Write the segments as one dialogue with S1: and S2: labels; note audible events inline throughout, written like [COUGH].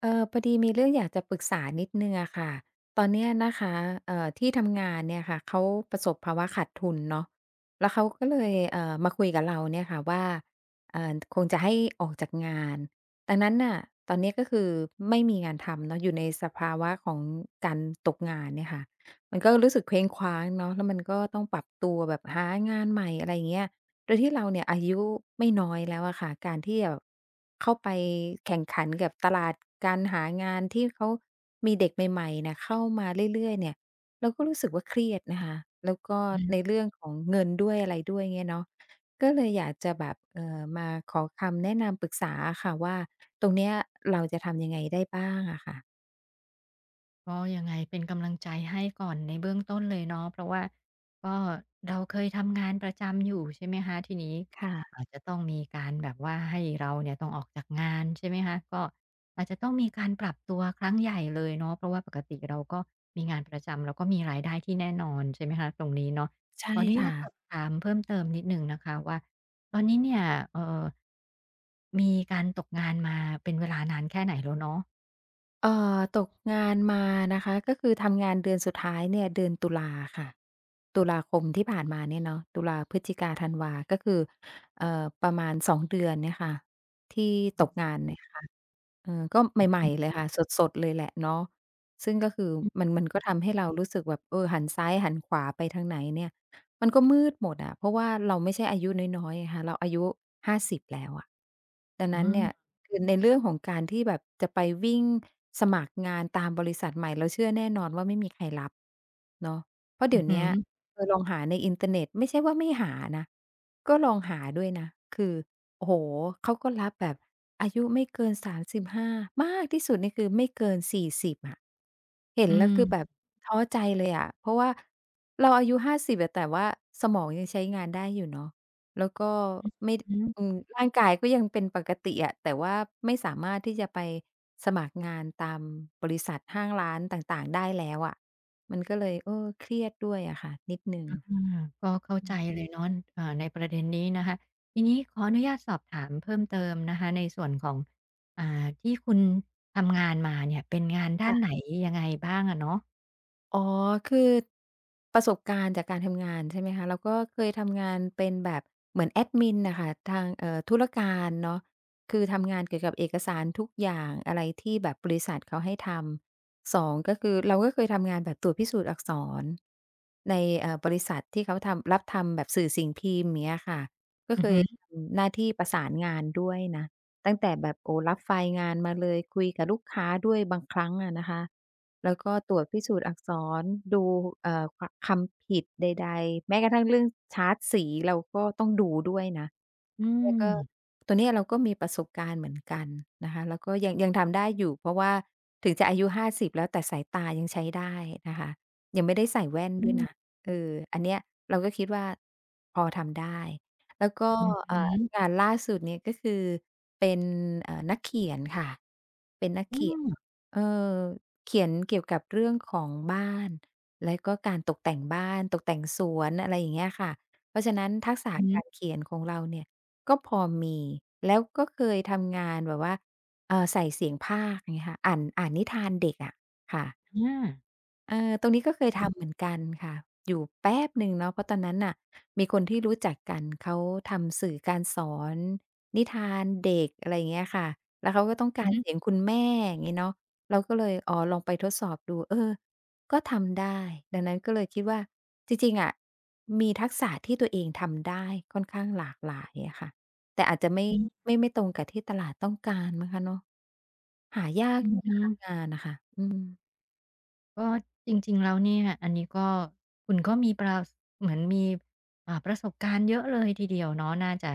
S1: พอดีมีเรื่องอยากจะปรึกษานิดนึงอะค่ะตอนเนี้ยนะคะที่ทำงานเนี่ยค่ะเขาประสบภาวะขาดทุนเนาะแล้วเขาก็เลยมาคุยกับเราเนี่ยค่ะว่าคงจะให้ออกจากงานดังนั้นน่ะตอนเนี้ยก็คือไม่มีงานทำเนาะอยู่ในสภาวะของการตกงานเนี่ยค่ะมันก็รู้สึกเคว้งคว้างเนาะแล้วมันก็ต้องปรับตัวแบบหางานใหม่อะไรเงี้ย โดยที่เราเนี่ยอายุไม่น้อยแล้วอะค่ะการที่แบบเข้าไปแข่งขันกับตลาดการหางานที่เขามีเด็กใหม่ๆเนี่ยเข้ามาเรื่อยๆเนี่ยเราก็รู้สึกว่าเครียดนะคะแล้วก็
S2: อื
S1: ใน
S2: ม
S1: เรื่องของเงินด้วยอะไรด้วยเงี้ยเนาะก็เลยอยากจะแบบมาขอคำแนะนำปรึกษาอะค่ะว่าตรงเนี้ยเราจะทำยังไงได้บ้างอะค่ะ
S2: ก็ยังไงเป็นกำลังใจให้ก่อนในเบื้องต้นเลยเนาะเพราะว่าก็เราเคยทำงานประจำอยู่ใช่ไหมคะทีนี้
S1: ค่ะ
S2: อาจจะต้องมีการแบบว่าให้เราเนี่ยต้องออกจากงานใช่ไหมคะก็อาจจะต้องมีการปรับตัวครั้งใหญ่เลยเนาะเพราะว่าปกติเราก็มีงานประจำแล้วก็มีรายได้ที่แน่นอนใช่ไหมคะตรงนี้เนาะข
S1: ใช่
S2: ออนุญา
S1: ค่ะ
S2: ตสอบถามเพิ่มเติมนิดหนึ่งนะคะว่าตอนนี้เนี่ยเออมีการตกงานมาเป็นเวลานานแค่ไหนแล้วเนาะ
S1: เอ่อตกงานมานะคะก็คือทำงานเดือนสุดท้ายเนี่ยเดือนตุลาค่ะตุลาคมที่ผ่านมาเนี่ยเนาะตุลาพฤศจิกาธันวาก็คือประมาณ2เดือนเนี่ยค่ะที่ตกงานเนี่ยค่ะ เออก็ใหม่ๆเลยค่ะสดๆเลยแหละเนาะซึ่งก็คือ
S2: อื
S1: มั
S2: ม
S1: นมันก็ทำให้เรารู้สึกแบบเออหันซ้ายหันขวาไปทางไหนเนี่ยมันก็มืดหมดอะเพราะว่าเราไม่ใช่อายุน้อยๆไงคะเราอายุ50แล้วอะดัง
S2: อื
S1: นั้นเนี่ย
S2: ม
S1: คือในเรื่องของการที่แบบจะไปวิ่งสมัครงานตามบริษัทใหม่เราเชื่อแน่นอนว่าไม่มีใครรับเนาะเพราะเดี๋ยวเนี้ยเออลองหาในอินเทอร์เน็ตไม่ใช่ว่าไม่หานะก็ลองหาด้วยนะคือ โอ้โฮเขาก็รับแบบอายุไม่เกิน35มสิบห้ามากที่สุดนี่คือไม่เกิน40อะเห็น
S2: อื
S1: แล้วคือแบ
S2: ม
S1: บท้อใจเลยอะเพราะว่าเราอายุ50อะแต่ว่าสมองยังใช้งานได้อยู่เนาะแล้วก็ไม่
S2: อืม
S1: อื
S2: อ
S1: มร่างกายก็ยังเป็นปกติอะแต่ว่าไม่สามารถที่จะไปสมัครงานตามบริษัทห้างร้านต่างๆได้แล้วอะมันก็เลยเออเครียดด้วยอะค่ะนิดหนึ่ง
S2: าก็เข้า
S1: อื
S2: ใจ
S1: ม
S2: เลยเนาะในประเด็นนี้นะคะทีนี้ขออนุญาตสอบถามเพิ่มเติมนะคะในส่วนของอ่าที่คุณทำงานมาเนี่ยเป็นงานด้านไหน
S1: ค่ะ
S2: ยังไงบ้างอะเนาะ
S1: อ๋อ คือประสบการณ์จากการทำงานใช่ไหมคะแล้วก็เคยทำงานเป็นแบบเหมือนแอดมินน่ะค่ะทางธุรการเนาะคือทำงานเกี่ยวกับเอกสารทุกอย่างอะไรที่แบบบริษัทเขาให้ทำ2ก็คือเราก็เคยทำงานแบบตรวจพิสูจน์อักษรในบริษัทที่เขาทำรับทำแบบสื่อสิ่งพิมพ์อย่างเงี้ยค่ะก็
S2: อื
S1: เค
S2: อฮึ
S1: ยทำหน้าที่ประสานงานด้วยนะตั้งแต่แบบโอ้รับไฟล์งานมาเลยคุยกับลูกค้าด้วยบางครั้งอะนะคะ แล้วก็ตรวจพิสูจน์อักษรดูเอ่อคคำผิดใดๆแม้กระทั่งเรื่องชาร์ตสีเราก็ต้องดูด้วยนะ
S2: อื
S1: เนี่ยก็
S2: ม
S1: ตัวเนี้ยเราก็มีประสบการณ์เหมือนกันนะคะแล้วก็ยังทำได้อยู่เพราะว่าถึงจะอายุ50แล้วแต่สายตายังใช้ได้นะคะยังไม่ได้ใส่แว่น
S2: อื
S1: ด้วย
S2: ม
S1: นะเอออันเนี้ยเราก็คิดว่าพอทำได้แล้วก็
S2: อือฮึ
S1: งานล่าสุดเนี่ยก็คือเป็นนักเขียนค่ะเป็นนัก
S2: อื
S1: เขียน
S2: ม
S1: เออเขียนเกี่ยวกับเรื่องของบ้านแล้วก็การตกแต่งบ้านตกแต่งสวนอะไรอย่างเงี้ยค่ะเพราะฉะนั้นทักษะ
S2: อือฮึ
S1: การเขียนของเราเนี่ย ก็พอมีแล้วก็เคยทำงานแบบว่าใส่เสียงพากย์อย่างเงี้ยค่ะอ่านนิทานเด็กอะค่ะ
S2: อา
S1: เออตรงนี้ก็เคยทำเหมือนกันค่ะอยู่แป๊บหนึ่งเนาะเพราะตอนนั้นน่ะมีคนที่รู้จักกันเขาทำสื่อการสอนนิทานเด็กอะไรอย่างเงี้ยค่ะแล้วเขาก็ต้อง
S2: อือ
S1: การ
S2: ฮึ
S1: เสียงคุณแม่อย่างงี้เนาะเราก็เลยอ๋อลองไปทดสอบดูเออก็ทำได้ดังนั้นก็เลยคิดว่าจริงๆอะมีทักษะที่ตัวเองทำได้ค่อนข้างหลากหลายอะค่ะแต่อาจจะไม่
S2: อือ
S1: ไม่ไม่ตรงกับที่ตลาดต้องการมั้งคะเนาะหายาก
S2: อื
S1: อ
S2: อ
S1: ยู่
S2: ฮึ
S1: นะคะงานน่ะค่ะอืม
S2: ก็จริงๆแล้วเนี่ยอันนี้ก็คุณก็มีประสเหมือนมีประสบการณ์เยอะเลยทีเดียวเนาะน่าจะ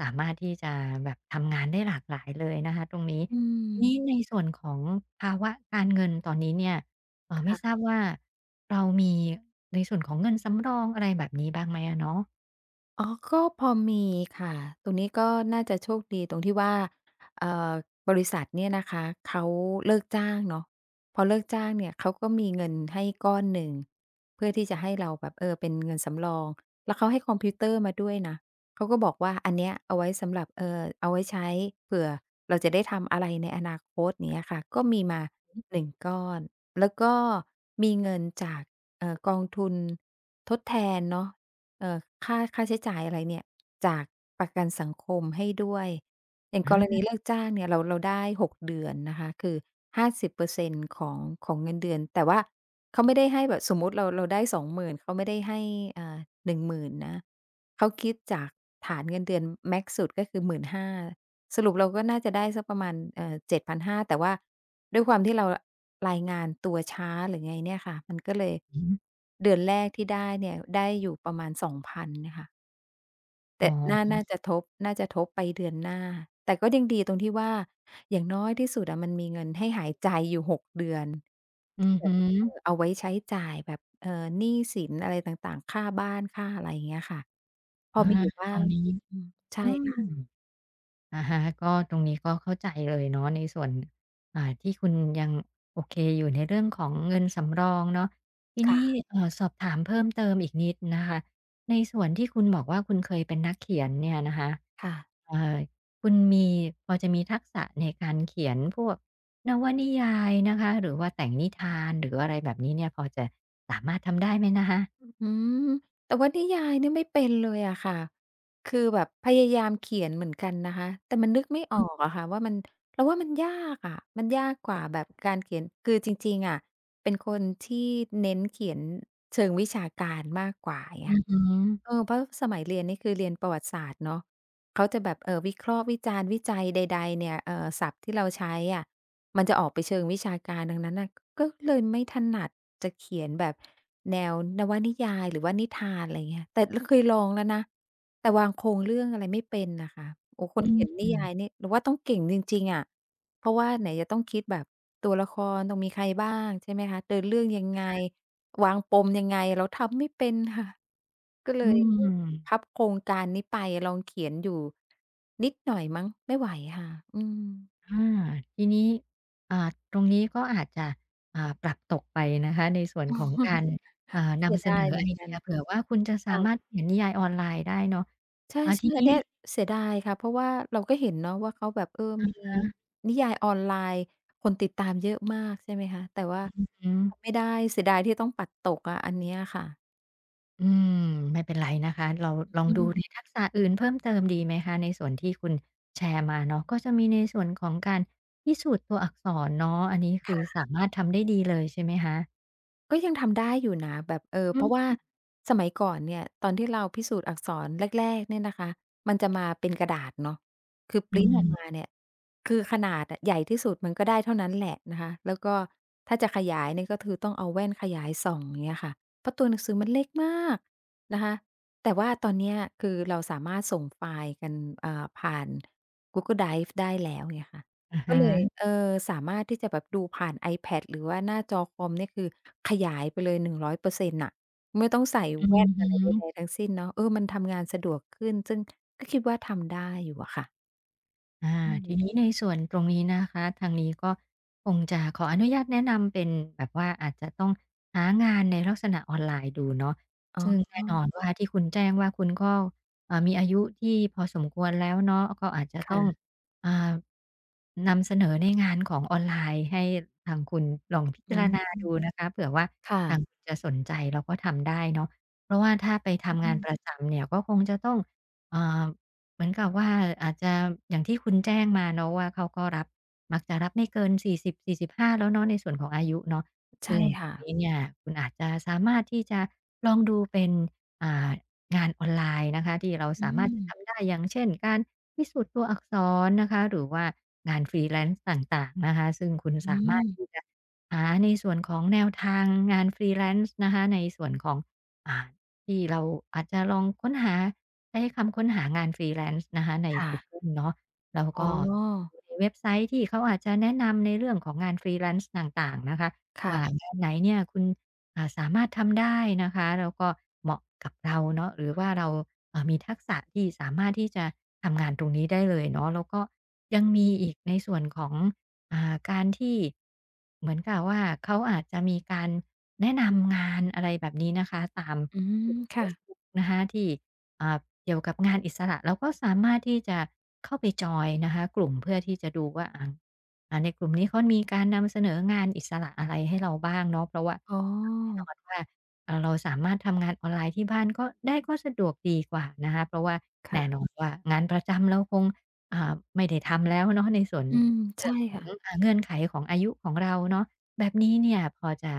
S2: สามารถที่จะแบบทำงานได้หลากหลายเลยนะคะตรงนี้
S1: อื
S2: ทีนี้
S1: ม
S2: ในส่วนของภาวะการเงินตอนนี้เนี่ยไม่ทรา
S1: ค่ะ
S2: บว่าเรามีในส่วนของเงินสำรองอะไรแบบนี้บ้างไหมอะเนาะ
S1: อ๋อก็พอมีค่ะ ตรงนี้ก็น่าจะโชคดีตรงที่ว่าเอ่อบริษัทเนี่ยนะคะ เขาเลิกจ้างเนาะพอเลิกจ้างเนี่ยเขาก็มีเงินให้ก้อนหนึ่งเพื่อที่จะให้เราแบบเออเป็นเงินสำรอง แล้วเขาให้คอมพิวเตอร์มาด้วยนะ เขาก็บอกว่าอันเนี้ยเอาไว้สำหรับเอาไว้ใช้เผื่อเราจะได้ทำอะไรในอนาคตอย่างเงี้ยค่ะ ก็มีมาหนึ่งก้อนแล้วก็มีเงินจากกองทุนทดแทนเนาะ เอ่อค่าใช้จ่ายอะไรเนี่ยจากประกันสังคมให้ด้วยอย่างกรณี
S2: อา
S1: เลิกจ้างเนี่ยเราได้6เดือนนะคะคือ50%ของเงินเดือนแต่ว่าเขาไม่ได้ให้แบบสมมุติเราได้20,000เขาไม่ได้ให้อ่า10,000นะเขาคิดจากฐานเงินเดือนแม็กซ์สุดก็คือ1น0 0 0สรุปเราก็น่าจะได้สักประมาณ7,500แต่ว่า ด้วยความที่เรารายงานตัวช้าหรือไงเนี่ยค่ะมันก็เลย
S2: อือฮึ
S1: เดือนแรกที่ได้เนี่ยได้อยู่ประมาณ2,000เนี่ยค่ะ
S2: อ๋
S1: แต่น่า
S2: อ
S1: น่าจะทบน่าจะทบไปเดือนหน้าแต่ก็ยังดีตรงที่ว่าอย่างน้อยที่สุดอะมันมีเงินให้หายใจอยู่หกเดือน
S2: อื
S1: ที่
S2: อ
S1: แบ
S2: ฮึ
S1: บเออเอาไว้ใช้จ่ายแบบหนี้สินอะไรต่างๆค่าบ้านค่าอะไรอย่างเงี้ยค่ะพอ
S2: อา
S1: มีอยู่
S2: ต
S1: บ้า
S2: รง
S1: ง
S2: นี้
S1: อืมใช่
S2: อืม
S1: ค่ะ
S2: อะฮะก็ตรงนี้ก็เข้าใจเลยเนาะในส่วนที่คุณยังโอเคอยู่ในเรื่องของเงินสำรองเนาะทีนี้
S1: ค่ะ
S2: สอบถามเพิ่มเติมอีกนิดนะคะในส่วนที่คุณบอกว่าคุณเคยเป็นนักเขียนเนี่ยนะคะ
S1: ค่ะ
S2: เอ่อคุณมีพอจะมีทักษะในการเขียนพวกนวนิยายนะคะหรือว่าแต่งนิทานหรืออะไรแบบนี้เนี่ยพอจะสามารถทำได้ไหมนะคะ
S1: อืมแต่ว่านิยายเนี่ยไม่เป็นเลยอะค่ะคือแบบพยายามเขียนเหมือนกันนะคะแต่มันนึกไม่ออกอะค่ะว่ามันเราว่ามันยากอะมันยากกว่าแบบการเขียนคือจริงๆอะเป็นคนที่เน้นเขียนเชิงวิชาการมากกว่าอย่างเงี้ย
S2: อือ
S1: ค่ะ
S2: ฮึ
S1: เออเพราะสมัยเรียนนี่คือเรียนประวัติศาสตร์เนาะ เขาจะแบบวิเคราะห์วิจารณ์วิจัยใดๆเนี่ยศัพท์ที่เราใช้อะมันจะออกไปเชิงวิชาการดังนั้นน่ะก็เลยไม่ถนัดจะเขียนแบบแนวนวนิยายหรือว่านิทานอะไรเงี้ยแต่ลเคยลองแล้วนะแต่วางโครงเรื่องอะไรไม่เป็นน่ะค่ะโอ้โฮค
S2: อื
S1: นเขียนนิ
S2: ม
S1: ยายนี่เราว่าต้องเก่งจริงๆอะเพราะว่าไหนจะต้องคิดแบบตัวละครต้องมีใครบ้างใช่ไหมคะเดินเรื่องยังไง วางปมยังไงเราทำไม่เป็นค่ะก็เล
S2: อื
S1: ยเออ
S2: ม
S1: พับโครงการนี้ไปลองเขียนอยู่นิดหน่อยมั้งไม่ไหวค่ะอืม
S2: อาทีนี้อ่าตรงนี้ก็อาจจะปรับตกไปนะคะในส่วนของกา
S1: [LAUGHS]
S2: ร
S1: เสีย
S2: นำเสน
S1: ดา
S2: อ
S1: ยเหมื
S2: ไอ
S1: อน
S2: เดี
S1: กัน
S2: ยเผื่อว่าคุณจะสามารถ
S1: ค่ะ
S2: เขียนนิยายออนไลน์ได้เนาะ
S1: ใช่
S2: ที
S1: ๆอัน
S2: นี้
S1: เนี้ยเสียดายค่ะเพราะว่าเราก็เห็นเนาะว่าเขาแบบเออ
S2: อ
S1: มี
S2: ่า
S1: นิยายออนไลน์คนติดตามเยอะมากใช่ไหมคะแต่ว่า
S2: อื
S1: ทำไม่
S2: ม
S1: ได้เสียดายที่ต้องปัดตกอะอันเนี้ยค่ะ
S2: อืมไม่เป็นไรนะคะเราลอง
S1: อื
S2: ดูใน
S1: ม
S2: ทักษะอื่นเพิ่มเติมดีไหมคะในส่วนที่คุณแชร์มาเนาะก็จะมีในส่วนของการพิสูจน์ตัวอักษรเนาะอันนี้คือ
S1: ค่ะ
S2: สามารถทำได้ดีเลยใช่ไหมคะ
S1: ก็ยังทำได้อยู่นะแบบเออ
S2: อื
S1: เพราะ
S2: ม
S1: ว่าสมัยก่อนเนี่ยตอนที่เราพิสูจน์อักษรแรกๆเนี่ยนะคะมันจะมาเป็นกระดาษเนาะคือพ
S2: อื
S1: รินต์ออก
S2: ม
S1: มาเนี่ยคือขนาดอะใหญ่ที่สุดมันก็ได้เท่านั้นแหละนะคะแล้วก็ถ้าจะขยายเนี่ยก็คือต้องเอาแว่นขยายส่องอย่างเงี้ยค่ะเพราะตัวหนังสือมันเล็กมากนะคะแต่ว่าตอนเนี้ยคือเราสามารถส่งไฟล์กันผ่าน Google Drive ได้แล้วเงี้ยค่ะ
S2: อะ
S1: ก็
S2: ฮะ
S1: เลยเออสามารถที่จะแบบดูผ่าน iPad หรือว่าหน้าจอคอมเนี่ยคือขยายไปเลย100%น่งร้อยเปอร์เซ็นต์น่ะไม่ต้องใส่
S2: อื
S1: แว่น
S2: อฮึ
S1: อะไรใดๆทั้งสิ้นเนาะเออมันทำงานสะดวกขึ้นซึ่งก็คิดว่าทำได้อยู่อะค่ะ
S2: อา
S1: อื
S2: ที
S1: ม
S2: นี้ในส่วนตรงนี้นะคะทางนี้ก็คงจะขออนุญาตแนะนำเป็นแบบว่าอาจจะต้องหางานในลักษณะออนไลน์ดูเนาะ
S1: อ๋
S2: ซึ่ง
S1: อ
S2: แน่นอนว่าที่คุณแจ้งว่าคุณก็มีอายุที่พอสมควรแล้วเนาะก็อาจจะต้อง
S1: ค่ะ
S2: อ่านำเสนอในงานของออนไลน์ให้ทางคุณลองพิ
S1: อื
S2: จาร
S1: ม
S2: ณาดูนะคะเผื่อว่า
S1: ค่ะ
S2: ทางคุณจะสนใจแล้วก็ทำได้เนาะเพราะว่าถ้าไปทำ
S1: อื
S2: งาน
S1: ม
S2: ประจำเนี่ยก็คงจะต้องอ่า เหมือนกับว่าอาจจะอย่างที่คุณแจ้งมาเนาะว่าเขาก็รับมักจะรับไม่เกินสี่สิบสี่สิบห้าแล้วเนาะในส่วนของอายุเนาะ
S1: ใช่
S2: ซึ่งตร
S1: ค่ะ
S2: งนี้เนี่ยคุณอาจจะสามารถที่จะลองดูเป็นอ่างานออนไลน์นะคะที่เรา
S1: อื
S2: สามารถ
S1: ม
S2: จะทำได้อย่างเช่นการพิสูจน์ตัวอักษรนะคะหรือว่างาน freelance ต่างๆนะคะซึ่งคุณ
S1: อื
S2: สามาร
S1: ม
S2: ถที่จะหาในส่วนของแนวทางงาน freelance นะคะในส่วนของอ่าที่เราอาจจะลองค้นหา ใช้คำค้นหางาน Freelance นะคะใน
S1: ค่ะ
S2: กูเกิลเนาะแล้ว
S1: อ๋อ
S2: ก็ลองดูในเว็บไซต์ที่เขาอาจจะแนะนำในเรื่องของงาน Freelance ต่างๆนะคะว่า
S1: ค่ะ
S2: งานไหนเนี่ยคุณสามารถทำได้นะคะแล้วก็เหมาะกับเราเนาะหรือว่าเรามีทักษะที่สามารถที่จะทำงานตรงนี้ได้เลยเนาะแล้วก็ยังมีอีกในส่วนของการที่เหมือนกับว่าเขาอาจจะมีการแนะนำงานอะไรแบบนี้นะคะตาม
S1: อื
S2: ก
S1: ม
S2: ลุ่มเฟ
S1: ค่ะ
S2: ซบุ๊กนะคะที่ อ่าเกี่ยวกับงานอิสระเราก็สามารถที่จะเข้าไปจอยนะคะกลุ่มเพื่อที่จะดูว่าอ่าในกลุ่มนี้เขามีการนำเสนองานอิสระอะไรให้เราบ้างเนาะเพราะว่า
S1: อ๋
S2: แน่น
S1: อ
S2: อนว่าเราสามารถทำงานออนไลน์ที่บ้านก็ได้ก็สะดวกดีกว่านะคะเพราะว่าแน่
S1: ค่ะ
S2: นอนว่างานประจำเราคงไม่ได้ทำแล้วเนาะในส่วน
S1: อืม
S2: เรื่อ
S1: ใช่
S2: งของ
S1: ค่ะ
S2: เงื่อนไขของอายุของเราเนาะแบบนี้เนี่ยพอจะ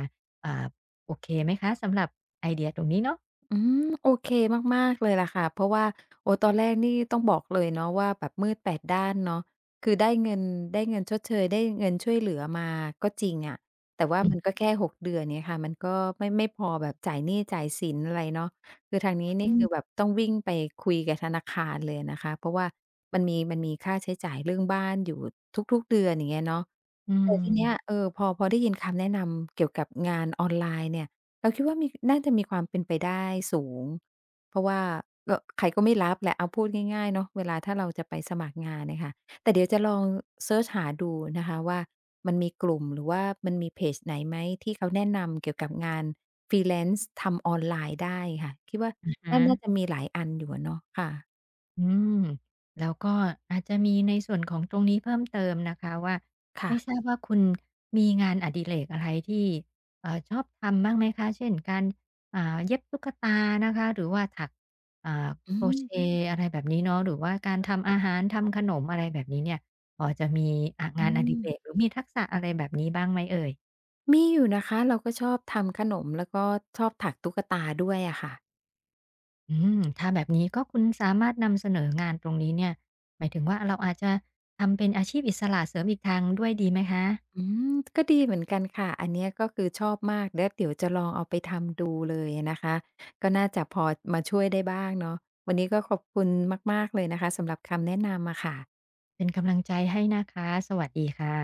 S2: อ่าโอเคไหมคะสำหรับไอเดียตรงนี้เนาะ
S1: อืมโอเคมากๆเลยล่ะค่ะเพราะว่าโอ้ตอนแรกนี่ต้องบอกเลยเนาะว่าแบบมืดแปดด้านเนาะคือได้เงินได้เงินชดเชยได้เงินช่วยเหลือมาก็จริงอะแต่ว่า
S2: อื
S1: มันก็แค่หกเดือนเนี้ยค่ะมันก็ไม่พอแบบจ่ายหนี้จ่ายสินอะไรเนาะคือทางนี้นี่คือแบ
S2: ม
S1: บต้องวิ่งไปคุยกับธนาคารเลยนะคะเพราะว่ามันมีค่าใช้จ่ายเรื่องบ้านอยู่ทุกๆเดือนอย่างเงี้ยเนาะ
S2: อื
S1: แต่ทีเนี้ย
S2: ม
S1: เออพอได้ยินคำแนะนำเกี่ยวกับงานออนไลน์เนี่ย เราคิดว่าน่าจะมีความเป็นไปได้สูงเพราะว่าก็ใครก็ไม่รับแหละเอาพูดง่ายๆเนาะเวลาถ้าเราจะไปสมัครงานเนี่ยค่ะแต่เดี๋ยวจะลองเซิร์ชหาดูนะคะว่ามันมีกลุ่มหรือว่ามันมีเพจไหนไหมที่เขาแนะนำเกี่ยวกับงาน freelance ทำออนไลน์ได้ค่ะคิดว่า
S2: อ
S1: น่า
S2: ฮะ
S1: น่าจะมีหลายอันอยู่อะเนาะค่ะ
S2: อืมแล้วก็อาจจะมีในส่วนของตรงนี้เพิ่มเติมนะคะว่าไม่ท
S1: ค่ะ
S2: ราบว่าคุณมีงานอดิเรกอะไรที่ชอบทำบ้างไหมคะเช่นการเย็บตุ๊กตานะคะหรือว่าถักอ่า
S1: อื
S2: โครเช
S1: ม
S2: ต์อะไรแบบนี้เนาะหรือว่าการทำอาหารทำขนมอะไรแบบนี้เนี่ยพอจะมี
S1: อื
S2: งานอดิ
S1: ม
S2: เรกหรือมีทักษะอะไรแบบนี้บ้างไหมเอ่ย
S1: มีอยู่นะคะเราก็ชอบทำขนมแล้วก็ชอบถักตุ๊กตาด้วยอะค่ะ
S2: อืมถ้าแบบนี้ก็คุณสามารถนำเสนองานตรงนี้เนี่ยหมายถึงว่าเราอาจจะทำเป็นอาชีพอิสระเสริมอีกทางด้วยดีไหมคะ
S1: อืมก็ดีเหมือนกันค่ะอันเนี้ยก็คือชอบมากแล้วเดี๋ยวจะลองเอาไปทำดูเลยนะคะก็น่าจะพอมาช่วยได้บ้างเนาะวันนี้ก็ขอบคุณมากๆเลยนะคะสำหรับคำแนะนำอะค่ะ
S2: เป็นกำลังใจให้นะคะสวัสดีค่ะ